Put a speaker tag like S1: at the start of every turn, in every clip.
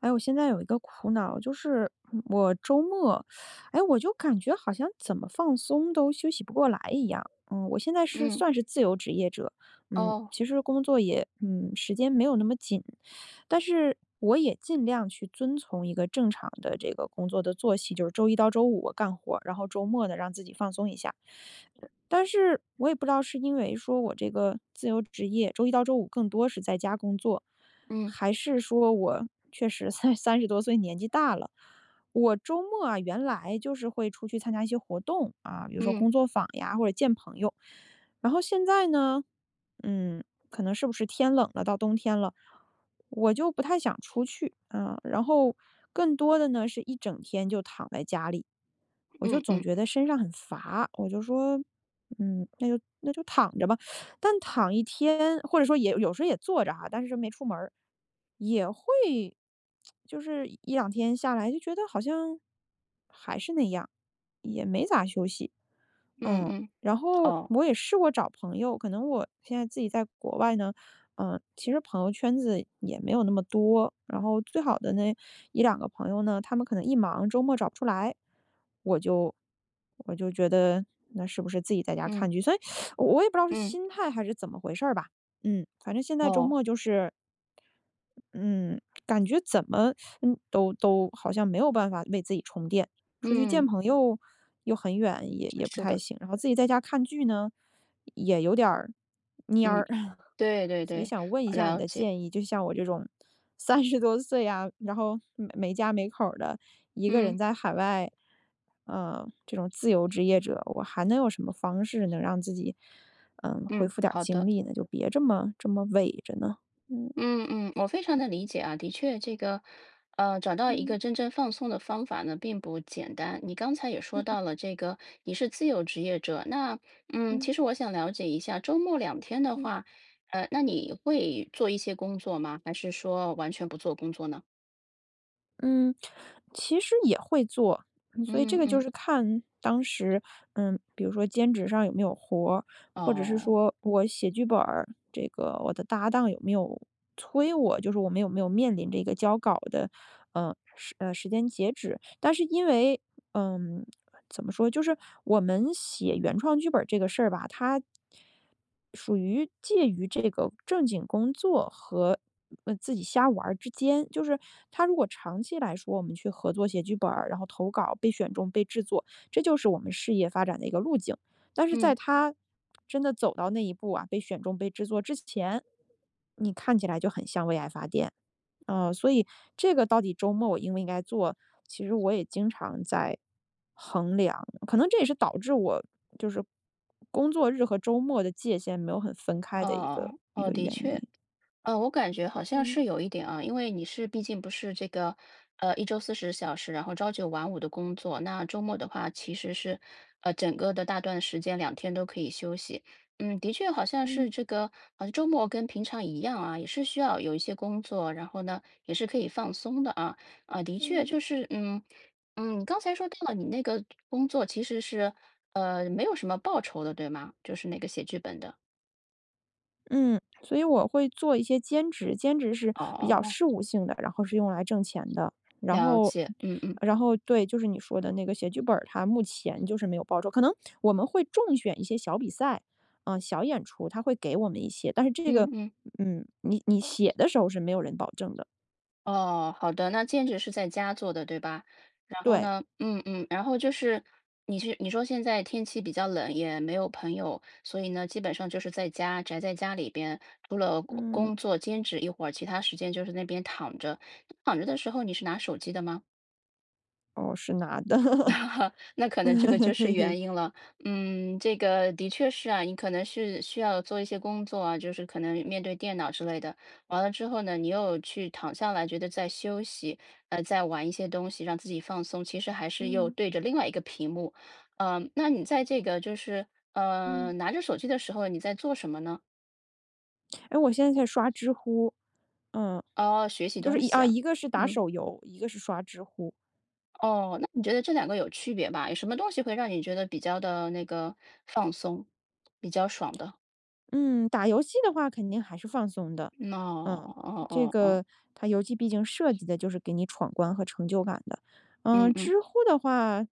S1: 哎，我现在有一个苦恼，就是我周末，哎，我就感觉好像怎么放松都休息不过来一样。我现在是
S2: 嗯，
S1: 算是自由职业者。
S2: 哦，
S1: 其实工作也，时间没有那么紧，但是我也尽量去遵从一个正常的这个工作的作息，就是周一到周五我干活，然后周末呢让自己放松一下。但是我也不知道是因为说我这个自由职业，周一到周五更多是在家工作。
S2: 嗯，
S1: 还是说我确实三十多岁年纪大了，我周末啊，原来就是会出去参加一些活动啊，比如说
S2: 嗯，
S1: 工作坊呀，或者见朋友。然后现在呢，嗯，可能是不是天冷了，到冬天了，我就不太想出去啊。然后更多的呢，是一整天就躺在家里，我就
S2: 嗯
S1: 总
S2: 嗯，
S1: 觉得身上很乏，我就说那就躺着吧，但躺一天，或者说也有时候也坐着哈，但是没出门儿也会就是一两天下来就觉得好像还是那样，也没咋休息。
S2: 嗯
S1: 嗯，
S2: 嗯，
S1: 然后
S2: 哦，
S1: 我也试过找朋友，可能我现在自己在国外呢。其实朋友圈子也没有那么多，然后最好的那一两个朋友呢，他们可能一忙周末找不出来，我就我就觉得那是不是自己在家
S2: 嗯，
S1: 看剧？所以我也不知道是
S2: 嗯，
S1: 心态还是怎么回事儿吧。反正现在周
S2: 哦，
S1: 末就是嗯，感觉怎么都好像没有办法为自己充电，出去见
S2: 嗯，
S1: 朋友又很远，也也不
S2: 是
S1: 太
S2: 的，
S1: 行，然后自己在家看剧呢，也有点儿蔫
S2: 嗯，
S1: 儿，
S2: 对对
S1: 所以
S2: 对，
S1: 想问一下你
S2: 了
S1: 的
S2: 解，
S1: 建议，就像我这种三十多岁呀，然后没没家没口儿的，一个
S2: 嗯
S1: 人在海外，这种自由职业者，我还能有什么方式能让自己恢
S2: 嗯，
S1: 复点儿
S2: 好
S1: 精
S2: 的，
S1: 力呢？就别这么这么萎着呢。嗯
S2: 嗯嗯，我非常的理解啊，的确，这个，找到一
S1: 嗯。
S2: 个真正放松的方法呢，并不简单。你刚才也说到了这个，你是自由职业者，那，嗯，其实
S1: 嗯
S2: 我想了解一下，周末两天的
S1: 嗯
S2: 话，那你会做一些工作吗？还是说完全不做工作呢？
S1: 嗯，其实也会做。所以这
S2: 嗯
S1: 个就
S2: 嗯。
S1: 是看当时，比如说兼职上有没有活儿，或者是
S2: 哦，
S1: 说我写剧本儿，这个我的搭档有没有催我，就是我们有没有面临这个交稿的，时间截止。但是因为，嗯，怎么说，就是我们写原创剧本儿这个事儿吧，它属于介于这个正经工作和，自己瞎玩儿之间。就是他如果长期来说，我们去合作写剧本儿然后投稿、被选中、被制作，这就是我们事业发展的一个路径。但是
S2: 嗯，
S1: 在他真的走到那一步啊，被选中、被制作之前，你看起来就很像为爱发电。所以这个到底周末我应不应该做，其实我也经常在衡量，可能这也是导致我就是工作日和周末的界限没有很分开的
S2: 哦，
S1: 一
S2: 哦，
S1: 个
S2: 的
S1: 原
S2: 确，
S1: 因。
S2: 我感觉好像
S1: 嗯。
S2: 是有一点啊，因为你是毕竟不是这个，一周40小时，然后朝九晚五的工作，那周末的话其实是，整个的大段时间两天都可以休息。嗯，的确好像
S1: 嗯
S2: 是这个，好像周末跟平常一样啊，也是需要有一些工作，然后呢也是可以放松的啊。啊，的确
S1: 嗯嗯。
S2: 就是，嗯嗯，刚才说到了你那个工作其实是，没有什么报酬的，对吗？就是那个写剧本的。
S1: 嗯，所以我会做一些兼职，兼职是
S2: 哦
S1: 比
S2: 哦
S1: 较
S2: 哦，
S1: 事务性的，然后是用来挣钱的。然
S2: 了
S1: 后，
S2: 解，嗯嗯
S1: 然后对，就是你说的那个写剧本儿，它目前就是没有报酬。可能我们会重选一些小比赛，啊、小演出，他会给我们一些，但是这个，
S2: 嗯嗯。
S1: 你你写的时候是没有人保证的。
S2: 哦，好的，那兼职是在家做的，对吧？然后
S1: 对。
S2: 呢，嗯嗯，然后就是你说现在天气比较冷，也没有朋友，所以呢，基本上就是在家宅在家里边，除了工
S1: 嗯。
S2: 工作兼职一会儿，其他时间就是那边躺着。躺着的时候，你是拿手机的吗？
S1: 哦，是拿的。
S2: 那可能这个就 是
S1: 嘿嘿。
S2: 原因了。嗯，这个的确是啊，你可能是需要做一些工作啊，就是可能面对电脑之类的。完了之后呢，你又去躺下来，觉得在休息，在玩一些东西，让自己放松，其实还是又
S1: 嗯
S2: 对着另外一个屏幕。嗯、那你在这个就是
S1: 嗯。
S2: 拿着手机的时候，你在做什么呢？
S1: 哎，我现在在刷知乎。嗯，
S2: 哦，学习
S1: 就是
S2: 东
S1: 一
S2: 西
S1: 啊，
S2: 啊。
S1: 一个是打
S2: 嗯，
S1: 手游，一个是刷知乎。
S2: 哦，那你觉得这两个有区别吧？有什么东西会让你觉得比较的那个放松，比较爽的？
S1: 嗯，打游戏的话肯定还是放松的。
S2: 哦
S1: 嗯，
S2: 哦哦
S1: 这
S2: 哦，哦
S1: 个它游戏毕竟设计的就是给你闯关和成就感的。
S2: 嗯嗯，
S1: 知乎的话，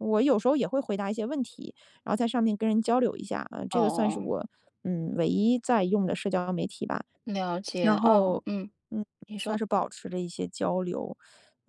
S1: 我有时候也会回答一些问题，然后在上面跟人交流一下，啊，这个算是
S2: 哦，
S1: 我唯一在用的社交媒体吧，
S2: 了解，
S1: 然
S2: 哦，
S1: 后
S2: 嗯，
S1: 嗯
S2: 你
S1: 算
S2: 说，
S1: 是保持着一些交流。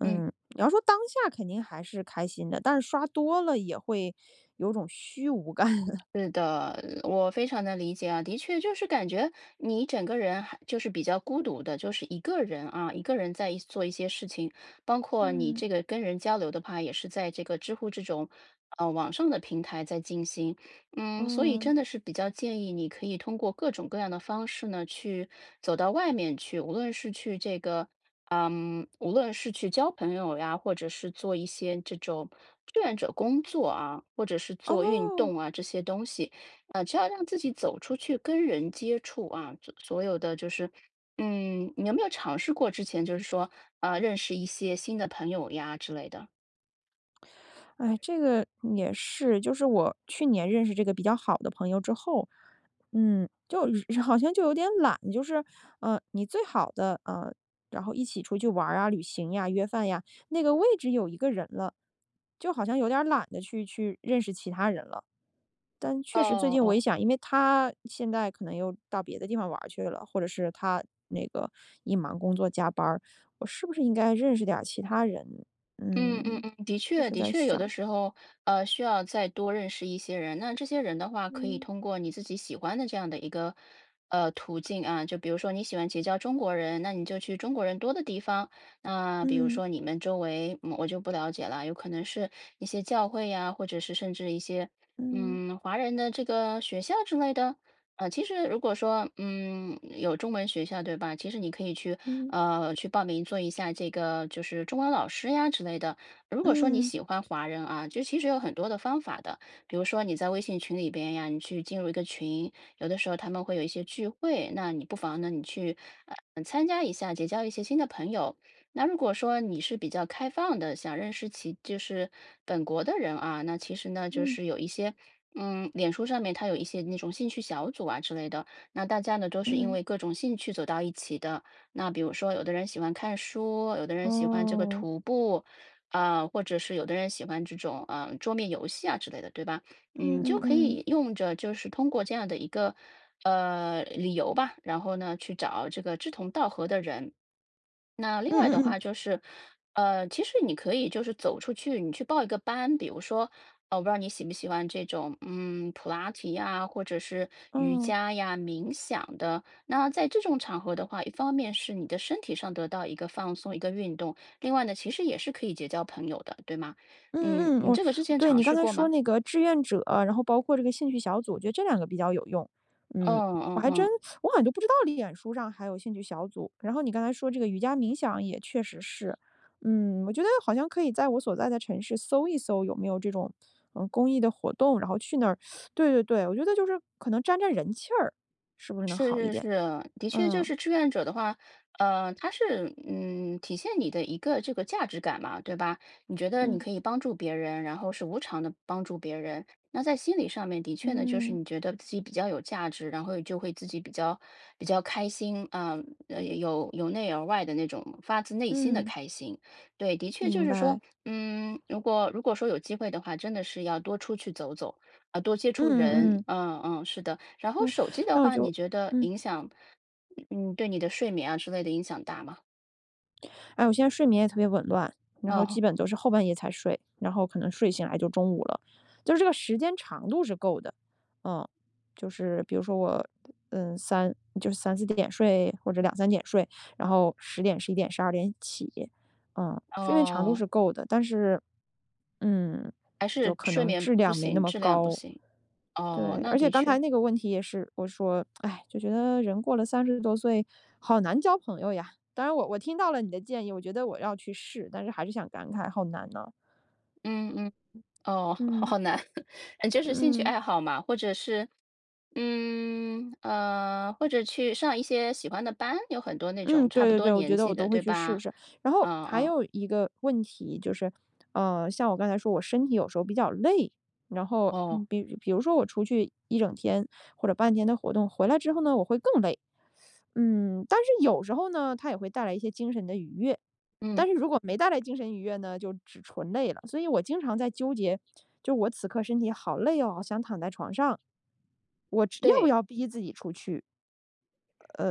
S2: 嗯，
S1: 你要说当下肯定还是开心的，但是刷多了也会有种虚无感，
S2: 是的，我非常的理解啊，的确就是感觉你整个人还就是比较孤独的，就是一个人啊，一个人在一做一些事情，包括你
S1: 嗯
S2: 这个跟人交流的话，也是在这个知乎这种网上的平台在进行，嗯，所以
S1: 嗯
S2: 真的是比较建议你可以通过各种各样的方式呢，去走到外面去，无论是去这个无论是去交朋友呀，或者是做一些这种志愿者工作啊，或者是做运
S1: 哦。
S2: 动啊这些东西，只要让自己走出去跟人接触啊，所有的就是，嗯，你有没有尝试过之前就是说，认识一些新的朋友呀之类的？
S1: 哎，这个也是，就是我去年认识这个比较好的朋友之后，就 好像就有点懒，就是，你最好的，然后一起出去玩儿啊、旅行呀、约饭呀，那个位置有一个人了，就好像有点懒得去认识其他人了。但确实最
S2: 哦
S1: 近我一
S2: 哦。
S1: 想，因为他现在可能又到别的地方玩儿去了，或者是他那个一忙工作加班儿，我是不是应该认识点儿其他人？
S2: 嗯嗯
S1: 嗯，
S2: 嗯，的
S1: 确
S2: 确
S1: 实
S2: 的
S1: 在
S2: 确，有
S1: 想。
S2: 的时候，需要再多认识一些人。那这些人的话，可以
S1: 嗯
S2: 通过你自己喜欢的这样的一个途径啊，就比如说你喜欢结交中国人，那你就去中国人多的地方。那比如
S1: 嗯
S2: 说你们周围，我就不了解了，有可能是一些教会呀，或者是甚至一些
S1: 嗯
S2: 华人的这个学校之类的。其实如果说有中文学校，对吧？其实你可以去
S1: 嗯
S2: 去报名做一下这个就是中文老师呀之类的。如果说你
S1: 嗯
S2: 喜欢华人啊，就其实有很多的方法的，比如说你在微信群里边呀，你去进入一个群，有的时候他们会有一些聚会，那你不妨呢，你去参加一下，结交一些新的朋友。那如果说你是比较开放的，想认识就是本国的人啊，那其实呢，就
S1: 嗯
S2: 是有一些。嗯，脸书上面它有一些那种兴趣小组啊之类的，那大家呢都是因
S1: 嗯，
S2: 为各种兴趣走到一起的，那比如说，有的人喜欢看书，有的人喜欢这个
S1: 哦，
S2: 徒步，啊、或者是有的人喜欢这种桌面游戏啊之类的，对吧？
S1: 嗯
S2: 嗯，就
S1: 嗯
S2: 可
S1: 嗯
S2: 以用着就是通过这样的一个理由吧，然后呢去找这个志同道合的人，那另
S1: 嗯
S2: 外的
S1: 嗯嗯，
S2: 话就是，其实你可以就是走出去，你去报一个班，比如说，我不知道你喜不喜欢这种，嗯，普拉提呀，或者是瑜
S1: 哦。
S2: 伽呀、冥想的。那在这种场合的话，一方面是你的身体上得到一个放松、一个运动，另外呢，其实也是可以结交朋友的，对吗？嗯，
S1: 嗯嗯，
S2: 你
S1: 我
S2: 这个之前
S1: 对
S2: 尝
S1: 你刚
S2: 试
S1: 才
S2: 过
S1: 说
S2: 吗？
S1: 那个志愿者，然后包括这个兴趣小组，我觉得这两个比较有用。嗯，
S2: 嗯嗯
S1: 我还真
S2: 嗯。
S1: 我好像都不知道脸书上还有兴趣小组。然后你刚才说这个瑜伽冥想也确实是，我觉得好像可以在我所在的城市搜一搜有没有这种公益的活动，然后去那儿。对对对，我觉得就是可能沾沾人气儿，是不是能
S2: 是
S1: 好一
S2: 是
S1: 点？
S2: 是，的确就
S1: 嗯
S2: 是志愿者的话，他是体现你的一个这个价值感嘛，对吧？你觉得你
S1: 嗯
S2: 可以帮助别人，然后是无偿的帮助别人，那在心理上面的确呢，就是
S1: 嗯
S2: 你觉得自己比较有价值，然后就会自己比较开心啊，有由内而外的那种发自内心的
S1: 嗯，
S2: 开心。对，的确就
S1: 明
S2: 是说，
S1: 白。
S2: 嗯，如果说有机会的话，真的是要多出去走走。啊，多接
S1: 嗯
S2: 触
S1: 嗯
S2: 人，
S1: 嗯，
S2: 嗯嗯，是的。然后
S1: 那
S2: 手机的
S1: 我
S2: 话，你
S1: 就
S2: 觉得
S1: 嗯。
S2: 影响，对你的睡眠啊之类的影响大吗？
S1: 哎，我现在睡眠也特别紊乱，然后
S2: 哦
S1: 基本都是后半夜才睡，然后可能睡醒来就中午了，就是这个时间长度是够的。嗯，就是比如说我，三就是三四点睡或者两三点睡，然后十点、十一点、十二点起。睡眠长度
S2: 哦，
S1: 是够的，但是，嗯，
S2: 还
S1: 就
S2: 是
S1: 可
S2: 睡
S1: 能
S2: 眠
S1: 质
S2: 不
S1: 量没那
S2: 行，
S1: 么
S2: 质量不
S1: 高。
S2: 行。哦，
S1: 对，
S2: 那
S1: 而
S2: 的
S1: 且刚才
S2: 确，
S1: 那个问题也是，我说，哎，就觉得人过了三十多岁，好难交朋友呀。当然我，我听到了你的建议，我觉得我要去试，但是还是想感慨，好难呢、
S2: 嗯嗯，哦，好
S1: 嗯
S2: 好难，嗯，就是兴趣
S1: 嗯
S2: 爱好嘛，或者是，或者去上一些喜欢的班，有很多那
S1: 嗯，
S2: 种差
S1: 对
S2: 不
S1: 对
S2: 多
S1: 对，我
S2: 年
S1: 觉得
S2: 纪
S1: 我
S2: 的，
S1: 都会
S2: 对
S1: 去试
S2: 吧？
S1: 试。然后
S2: 嗯
S1: 还
S2: 嗯，
S1: 有一个问题就是，像我刚才说，我身体有时候比较累，然后
S2: 哦，
S1: 比比如说我出去一整天或者半天的活动，回来之后呢，我会更累。但是有时候呢，它也会带来一些精神的愉悦，
S2: 嗯，
S1: 但是如果没带来精神愉悦呢，就只纯累了。所以我经常在纠结，就我此刻身体好累哦，想躺在床上，我只要不
S2: 对，
S1: 要逼自己出去？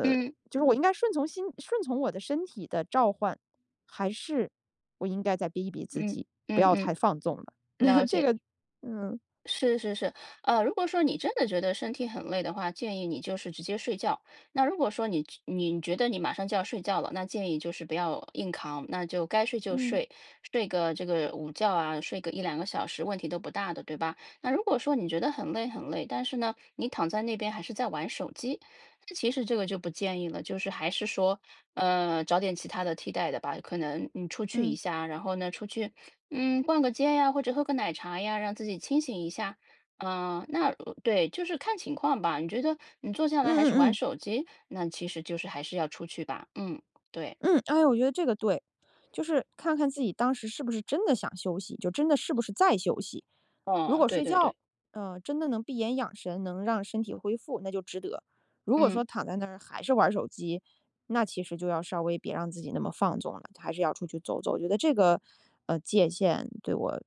S2: 嗯
S1: 就是我应该顺从心，顺从我的身体的召唤，还是我应该再逼一逼自
S2: 嗯
S1: 己，不
S2: 嗯
S1: 要
S2: 嗯，
S1: 太放纵了？
S2: 了
S1: 这
S2: 解。
S1: 个，嗯
S2: 是是是，如果说你真的觉得身体很累的话，建议你就是直接睡觉。那如果说你觉得你马上就要睡觉了，那建议就是不要硬扛，那就该睡就
S1: 嗯
S2: 睡，睡个这个午觉啊，睡个一两个小时，问题都不大的，对吧？那如果说你觉得很累很累，但是呢，你躺在那边还是在玩手机，那其实这个就不建议了，就是还是说，找点其他的替代的吧。可能你出去一
S1: 嗯
S2: 下，然后呢，出去。嗯，逛个街呀，或者喝个奶茶呀，让自己清醒一下。嗯、那对，就是看情况吧。你觉得你坐下来还
S1: 嗯
S2: 是
S1: 嗯
S2: 玩
S1: 嗯。
S2: 手机，那其实就是还是要出去吧。嗯，对，
S1: 嗯，哎，我觉得这个对，就是看看自己当时是不是真的想休息，就真的是不是在休息。如
S2: 哦，
S1: 果
S2: 对
S1: 睡
S2: 对对，
S1: 觉，真的能闭眼养神，能让身体恢复，那就值得。如果
S2: 嗯。
S1: 说躺在那儿还是玩手机，那其实就要稍微别让自己那么放纵了，还是要出去走走。我觉得这个，界限对我，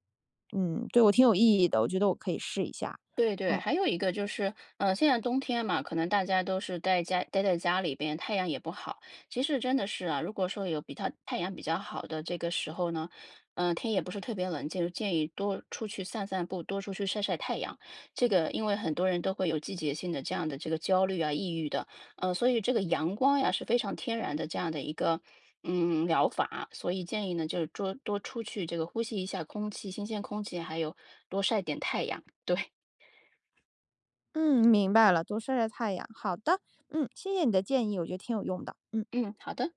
S1: 对我挺有意义的。我觉得我可以试一下。
S2: 对对，
S1: 嗯
S2: 还有一个就是，嗯，现在冬天嘛，可能大家都是待在家里边，太阳也不好。其实真的是啊，如果说有比它太阳比较好的这个时候呢，嗯、天也不是特别冷，就建议多出去散散步，多出去晒晒太阳。这个因为很多人都会有季节性的这样的这个焦虑啊、抑郁的，嗯，所以这个阳光呀是非常天然的这样的一个。嗯，疗法，所以建议呢，就是多多出去，这个呼吸一下空气，新鲜空气，还有多晒点太阳。对，
S1: 嗯，明白了，多晒晒太阳。好的，嗯，谢谢你的建议，我觉得挺有用的。嗯。
S2: 嗯，好的。